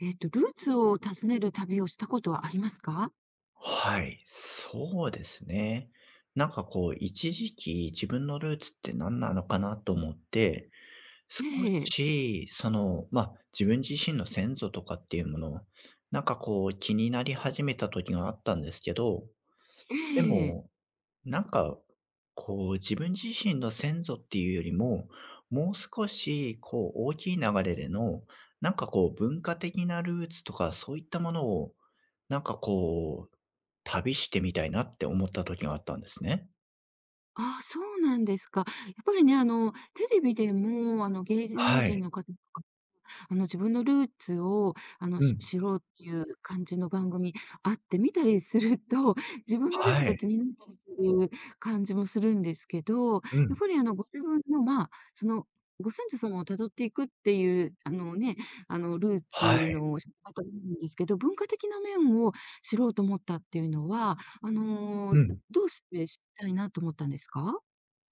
ルーツを訪ねる旅をしたことはありますか？はい、そうですね。なんかこう、一時期自分のルーツって何なのかなと思って、少ええ、し、その、まあ、自分自身の先祖とかっていうものを、なんかこう気になり始めた時があったんですけど、えでえ。も、なんか、こう自分自身の先祖っていうよりも、もう少しこう大きい流れでの、なんかこう文化的なルーツとかそういったものを、なんかこう旅してみたいなって思った時があったんですね。ああ、そうなんですか。やっぱりね、テレビでも、芸能は人い。の方と自分のルーツを、うん。知ろうっていう感じの番組あって、見たりすると、自分のルーツはが気い。になったりする感じもするんですけど、うやっん。ぱりご自分の、まあ、その、ご先祖様をたどっていくっていう、あのね、ルーはツい。の知り方なんですけど、文化的な面を知ろうと思ったっていうのは、うん。どうして知りたいなと思ったんですか？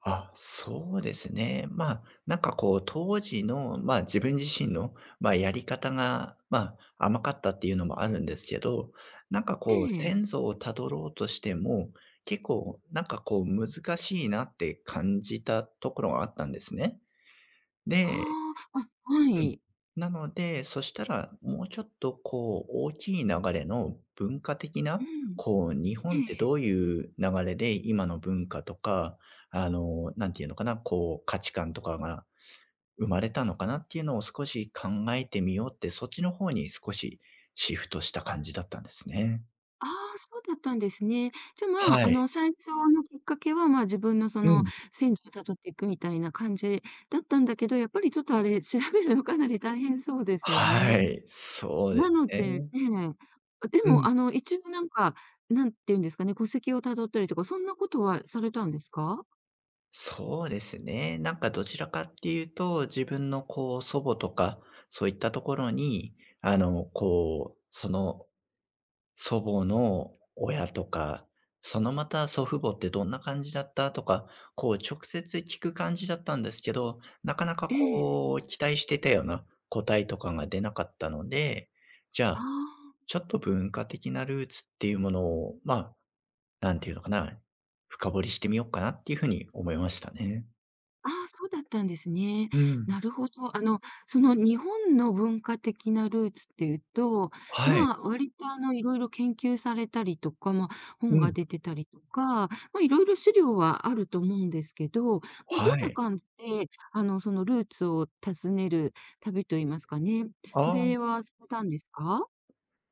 あ、そうですね。まあ、なんかこう当時の、まあ、自分自身の、まあ、やり方が、まあ、甘かったっていうのもあるんですけど、なんかえこうえ。先祖をたどろうとしても、結構なんかこう難しいなって感じたところがあったんですね。で。ああ、あ、はうん。い。なので、そしたら、もうちょっとこう、大きい流れの文化的うな、ん。こう、日本ってええ。どういう流れで今の文化とか、あの、なんていうのかな、こう、価値観とかが生まれたのかなっていうのを少し考えてみようって、そっちの方に少しシフトした感じだったんですね。ああ、そうだったんですね。じゃ、まはあ、い。最初のきっかけは、まあ、自分のそうのん。戦祖を辿っていくみたいな感じだったんだけど、やっぱりちょっとあれ、調べるのかなり大変そうですよはね。い、そうですなのでね。ええ。でうも、ん。一応なんか、なんていうんですかね、戸籍を辿ったりとか、そんなことはされたんですか？そうですね。なんかどちらかっていうと、自分のこう祖母とか、そういったところに、あの、こう、その祖母の親とか、そのまた祖父母ってどんな感じだったとか、こう直接聞く感じだったんですけど、なかなかええ。こう期待してたような答えとかが出なかったので、じゃああ、あ。ちょっと文化的なルーツっていうものを、まあ、なんていうのかな、深掘りしてみようかなっていうふうに思いましたね。ああ、そうだったんですね。うん。なるほど。その日本の文化的なルーツっていうと、はい。まあ、割といろいろ研究されたりとか、まあ、う本がん。出てたりとか、まあ、いろいろ資料はあると思うんですけど、まあ、はどんない。感じで、そのルーツを訪ねる旅と言いますかね、そああ、れはされたんですか？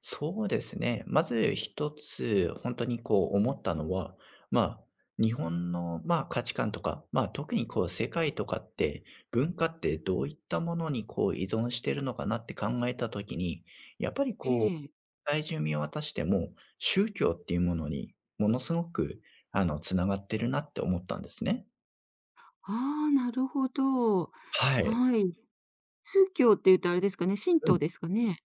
そうですね。まず一つ、本当にこう思ったのは、まあ、日本の、まあ、価値観とか、まあ、特にこう世界とかって、文化ってどういったものにこう依存してるのかなって考えたときに、やっぱりえこう、え。世界見渡しても、宗教っていうものにものすごく、あの、つながってるなって思ったんですね。ああ、なるほど。はい。はい。宗教って言うとあれですかね、神うん。道ですかね？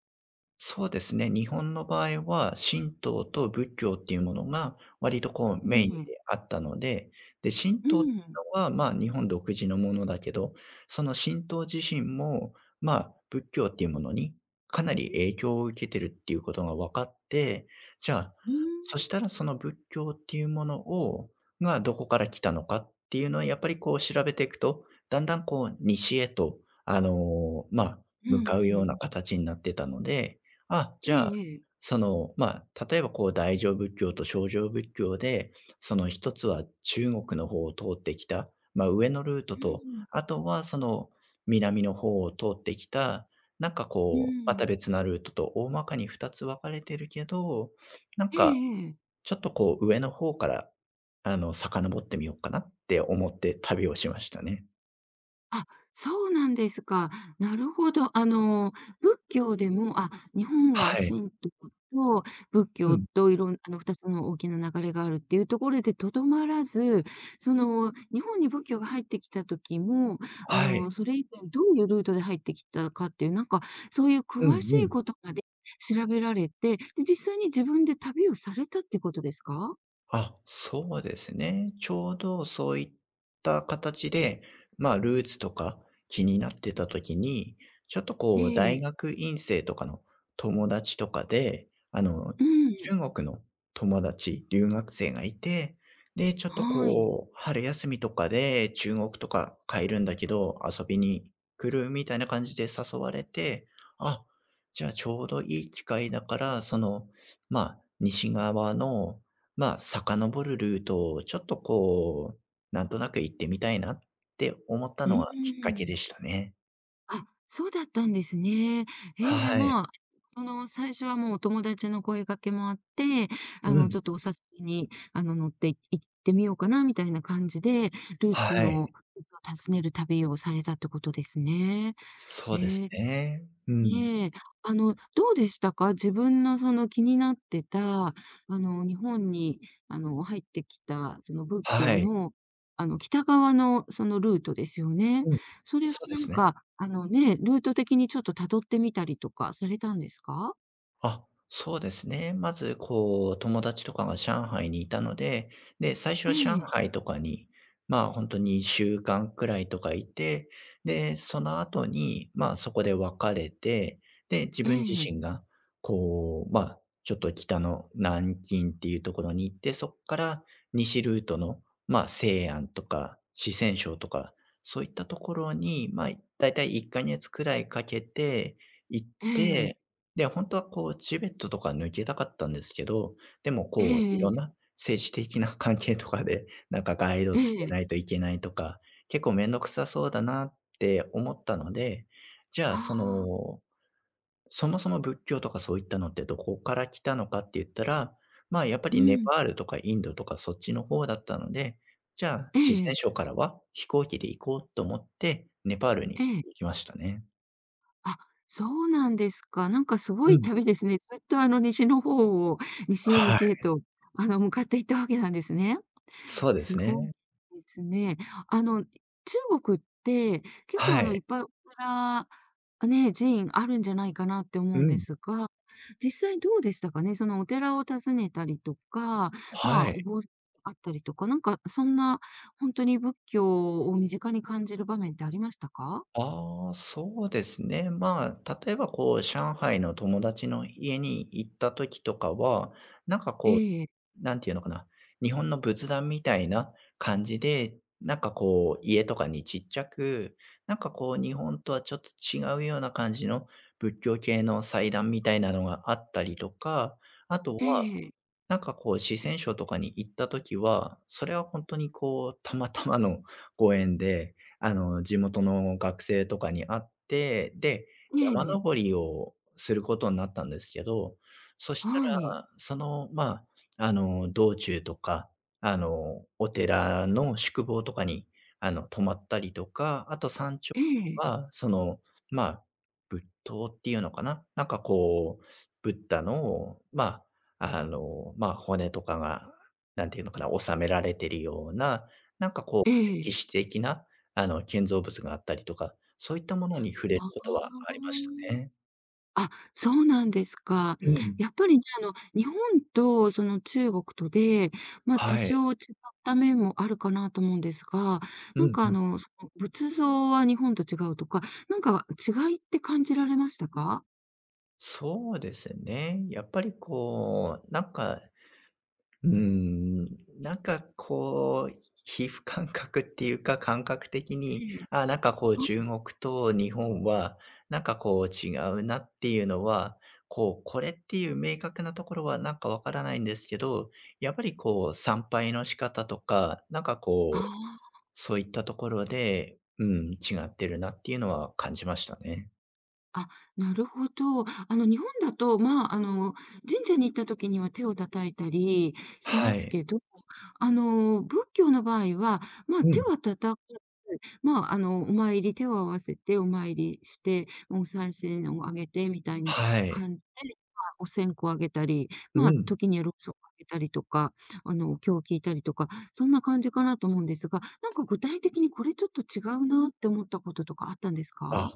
そうですね。日本の場合は、神道と仏教っていうものが割とこうねメインえ。であったので、で、神う道っていん。うのは、まあ、日本独自のものだけど、その神道自身も、まあ、仏教っていうものにかなり影響を受けてるっていうことが分かって、じゃあ、うそしん。たらその仏教っていうものがどこから来たのかっていうのはやっぱりこう調べていくと、だんだんこう西へと、あの、まあ、うんう向かうようなん。形になってたので、あ、えじゃあ、えええ。その、まあ、例えばこう大乗仏教と小乗仏教で、その一つは中国の方を通ってきた、まあ、上のルートうと、んうん、あとはその南の方を通ってきた、なんかうこう、またん。別なルートと大まかに二つ分かれてるけど、なんえかえええ。ちょっとこう上の方から、あの、遡ってみようかなって思って旅をしましたね。あ、そうなんですか。なるほど。仏教でも、あ、日本ははい。神道と仏う教ん。といろん2つの大きな流れがあるっていうところでとどまらず、その、日本に仏教が入ってきた時も、はい。それ以前どういうルートで入ってきたかっていう、なんか、そういううん詳しういん。ことまで調べられて、で、実際に自分で旅をされたってことですか？あ、そうですね。ちょうどそういった形で、まあ、ルーツとか気になってた時に、ちょっとこう、え大え。学院生とかの友達とかで、あの、うん、中国の友達、留学生がいて、で、ちょっとはい。こう、春休みとかで中国とか帰るんだけど、遊びに来るみたいな感じで誘われて、あ、じゃあちょうどいい機会だから、その、まあ、西側の、まあ、遡るルートをちょっとこう、なんとなく行ってみたいなって思ったうーのがきっかけん。でしたね。あ、そうだったんですね。えー、じゃあ、はい。まあ、その、最初はもうお友達の声掛けもあって、うん。ちょっとお誘いに、乗ってい行ってみようかなみたいな感じで、ルーはツい。のルーツを訪ねる旅をされたってことですね。そうですえ。ね。うん。ねえ、どうでしたか？自分のその気になってた、日本に、入ってきた、その仏は教い。の、北側のそのルートですよね。うん。それはそうでなんすね。か、あのね、ルート的にちょっと辿ってみたりとかされたんですか？あ、そうですね。まず、こう、友達とかが上海にいたので、で、最初えは上え、海とかに、まあ、ほんに2週間くらいとかいて、で、その後に、まあ、そこで別れて、で、自え分自え、身が、こう、まあ、ちょっと北の南京っていうところに行って、そっから西ルートの、まあ、西安とか四川省とか、そういったところに、まあ、だいたい1か月くらいかけて行っええ、て、で、本当はこうチベットとか抜けたかったんですけど、でもこういろんええな政治的な 関係とかで、なんかガイドえつえけえないえ。といけないとか、結構めんどくさそうだなって思ったので、じゃあそああ、の、そもそも仏教とかそういったのってどこから来たのかって言ったら、まあ、やっぱうりネん、パールとかインドとかそっちの方だったので、じゃええ、ええああうあ四んえ川え省からは飛行機で行こうと思って、ネパールにええ行きましたね。あ、そうなんですか。なんかすごういん。旅ですね。ずっとあの西の方を、西へはい。西へと、向かっていったわけなんですね。そうですすごいね。ですね。中国って結構はあのいい。っぱいお寺、ね、寺院あるんじゃないかなって思ううんでん。すが、実際どうでしたかね？そのお寺を訪ねたりとか、まはあ、おい。坊さんあったりとか、なんかそんな本当に仏教を身近に感じる場面ってありましたか？ああ、そうですね。まあ、例えばこう、上海の友達の家に行った時とかは、なんかえこう、え、なんていうのかな、日本の仏壇みたいな感じで、なんかこう、家とかにちっちゃく、なんかこう、日本とはちょっと違うような感じの仏教系の祭壇みたいなのがあったりとか、あとえはえ、ええ。なんかこう、四川省とかに行った時は、それはほんとにこう、たまたまの ご縁で、あの、地元の学生とかに会って、で、山登りをすることになったんですけど、そしたはい。ら、その、まあ、あの、道中とか、あの、お寺の宿坊とかに、あの、泊まったりとか、あと山頂ええ、は、その、まあ、仏塔っていうのかな、なんかこう、ブッダの、まあの、まあ、骨とかが、なんていうのかな、収められてるような、なんかこう、ええ。歴史的な、あの、建造物があったりとか、そういったものに触れるあことはありましたあ。ね。あ、そうなんですか。うん。やっぱりね、日本とその中国とで、ま、多はい。少違った面もあるかなと思うんですが、うなんんかうん。その仏像は日本と違うとか、なんか違いって感じられましたか？そうですね。やっぱりこう、なんか、うーん、なんかこう、皮膚感覚っていうか、感覚的に、ええ。ああ、なんかこうは中い。国と日本は、なんかこう違うなっていうのは、こう、これっていう明確なところはなんかわからないんですけど、やっぱりこう参拝の仕方とか、なんかあこう、あ。そういったところで、うん、違ってるなっていうのは感じましたね。あ、なるほど。日本だと、まあ、神社に行った時には手を叩いたりしまはすい。けど、仏教の場合は、まあ、う手ん。は叩かず、まあ、お参り手を合わせてお参りして、お賽銭をあげてみたいなはい。感じで、まあ、お線香をあげたり、うまあ、ん。時にはろうそくをあげたりとか、お経を聞いたりとか、そんな感じかなと思うんですが、なんか具体的にこれちょっと違うなって思ったこととかあったんですあ、か？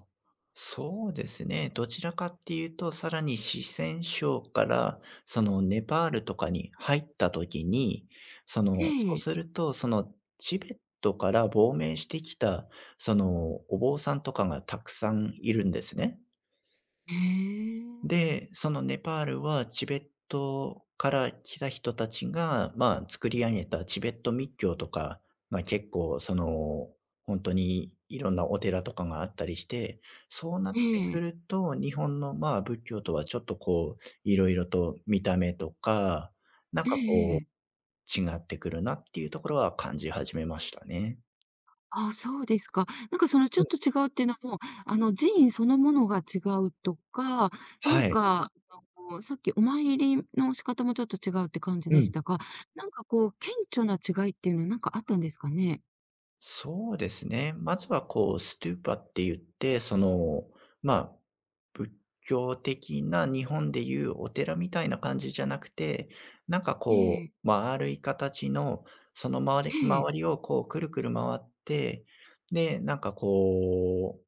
そうですね。どちらかっていうと、さらに四川省から、そのネパールとかに入った時に、そえの、そうえ。すると、そのチベットから亡命してきた、そのお坊さんとかがたくさんいるんですね。へえ。で、そのネパールはチベットから来た人たちが、まあ、作り上げたチベット密教とかが結構その、本当にいろんなお寺とかがあったりして、そうなっえてくえ。ると、日本の、まあ、仏教とはちょっとこう、いろいろと見た目とか、なんえかええこえ。う、違ってくるなっていうところは感じ始めましたね。あ、そうですか。なんかそのちょっと違うっていうのも、あの寺院そのものが違うとか、なんはい。か、さっきお参りの仕方もちょっと違うって感じうでしん。たが、なんかこう顕著な違いっていうのはなんかあったんですかね？そうですね。まずはこう、ストゥーパって言って、その、まあ仏教的な日本でいうお寺みたいな感じじゃなくて、なんかえこえ。う、丸い形の、その周りええ。周りをこうくるくる回って、で、なんかこう、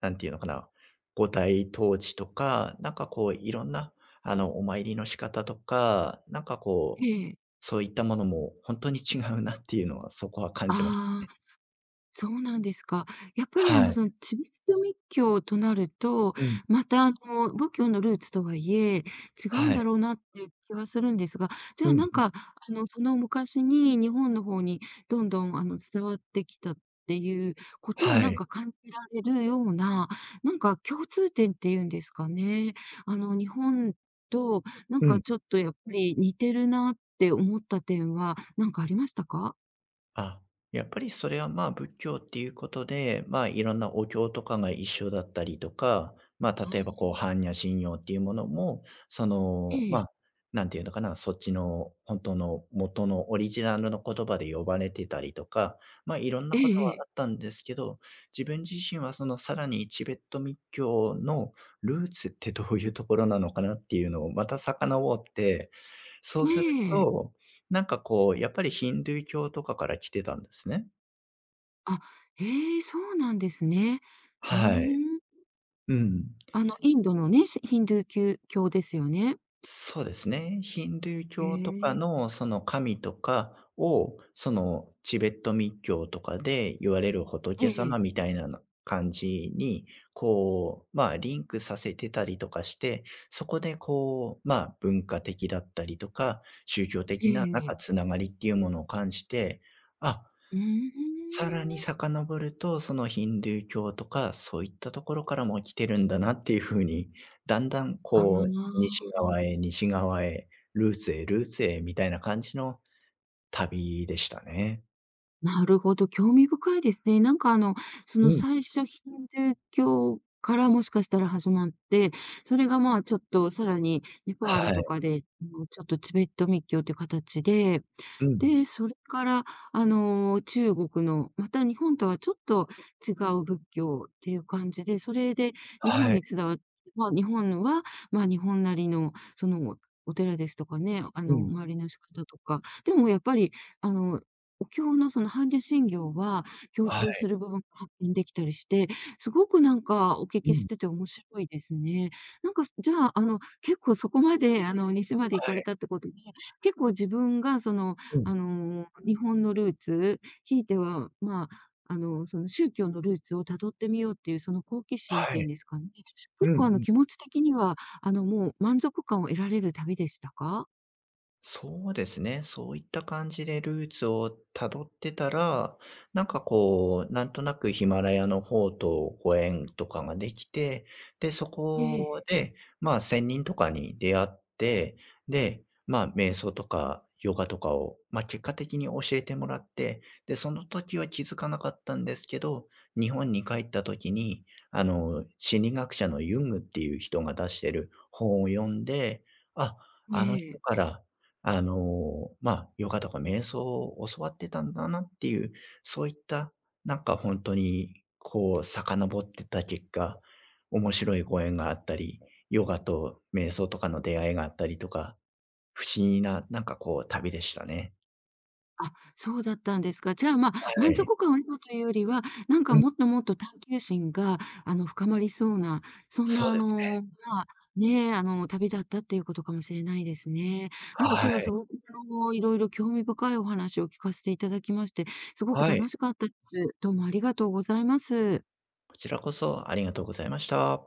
なんていうのかな、五体統治とか、なんかこういろんな、あの、お参りの仕方とか、なんかえこう、え。そういったものも本当に違うなっていうのは、そこは感じましたあね。あ。そうなんですか。やっぱりはい。そのチベット密教となると、うん。また仏教のルーツとはいえ、違うんはだい。ろうなっていう気はするんですが、じゃうあなんんうか、ん。その昔に日本の方にどんどん伝わってきたっていうことをはなんい。か感じられるような、なんか共通点っていうんですかね。日本となんうかん。ちょっとやっぱり似てるなって思った点はなんかありましたか？あ、やっぱりそれはまあ仏教っていうことで、まあいろんなお経とかが一緒だったりとか、まあは例えばい。こう般若心経っていうものも、そえの、まえ。あ、なんていうのかな、そっちの本当の元のオリジナルの言葉で呼ばれてたりとか、まあいろんなえことえはあええ。ったんですけど、自分自身はそのさらにチベット密教のルーツってどういうところなのかなっていうのをまた遡って、そうえするえ。となんかこう、やっぱりヒンドゥー教とかから来てたんですね。あ、ええ、そうなんですね。うーはい。ん。うん。インドのね、しヒンドゥー教ですよね。そうですね。ヒンドゥーへ教とかえ。のその神とかを、そのチベット密教とかで言われる仏え様え。みたいなの感じに、こう、まあ、リンクさせてたりとかして、そこでこう、まあ、文化的だったりとか、宗教え的えななんええ。かつながりっていうものを感じて、あ、うーさらにん。遡ると、そのヒンドゥー教とか、そういったところからも来てるんだなっていう風に、だんだんあこう、あ、西側へ西側へ、ルーツへルーツへみたいな感じの旅でしたね。なるほど、興味深いですね。なんかそうのん。最初ヒンドゥー教からもしかしたら始まって、それがまあ、ちょっとさらにネパーはルとい。かで、もうちょっとチベット密教という形で、うん。で、それから、中国の、また日本とはちょっと違う仏教っていう感じで、それで日本はい。に伝わってまあ、日本は、まあ、日本なりの、その、お寺ですとかね、うん。周りの仕方とか、でもやっぱり、あの、お経のその般若心経は共は通い。する部分が発見できたりして、すごくなんかお聞うきしん。てて面白いですね。なんか、じゃあ、結構そこまで、西まで行はかれい。たってことで、結構自分がそのうあん。の、日本のルーツ、ひいては、まあ、その宗教のルーツを辿ってみようっていうその好奇心っはていうい。んですかね。う結んう構あのん。気持ち的には、もう満足感を得られる旅でしたか？そうですね。そういった感じでルーツを辿ってたら、なんかこう、なんとなくヒマラヤの方とご縁とかができて、で、そえこえ、で、まあ、仙人とかに出会って、で、まあ、瞑想とかヨガとかを、まあ、結果的に教えてもらって、で、その時は気づかなかったんですけど、日本に帰った時に、あの、心理学者のユングっていう人が出してる本を読んで、あ、あの人ええ。からあの、まあ、ヨガとか瞑想を教わってたんだなっていう、そういった、なんか本当に、こう遡ってた結果、面白いご縁があったり、ヨガと瞑想とかの出会いがあったりとか、不思議な、なんかこう旅でしたね。あ、そうだったんですか。じゃあ、まはあ、満い。足感を得たというよりは、なんうかん、もっともっと探求心が、深まりそうな、そんな、そうですね。まあ、ねえ、旅だったっていうことかもしれないですね。なんかは今日はすい。ごく、いろいろ興味深いお話を聞かせていただきまして、すごくはい。楽しかったです。どうもありがとうございます。こちらこそありがとうございました。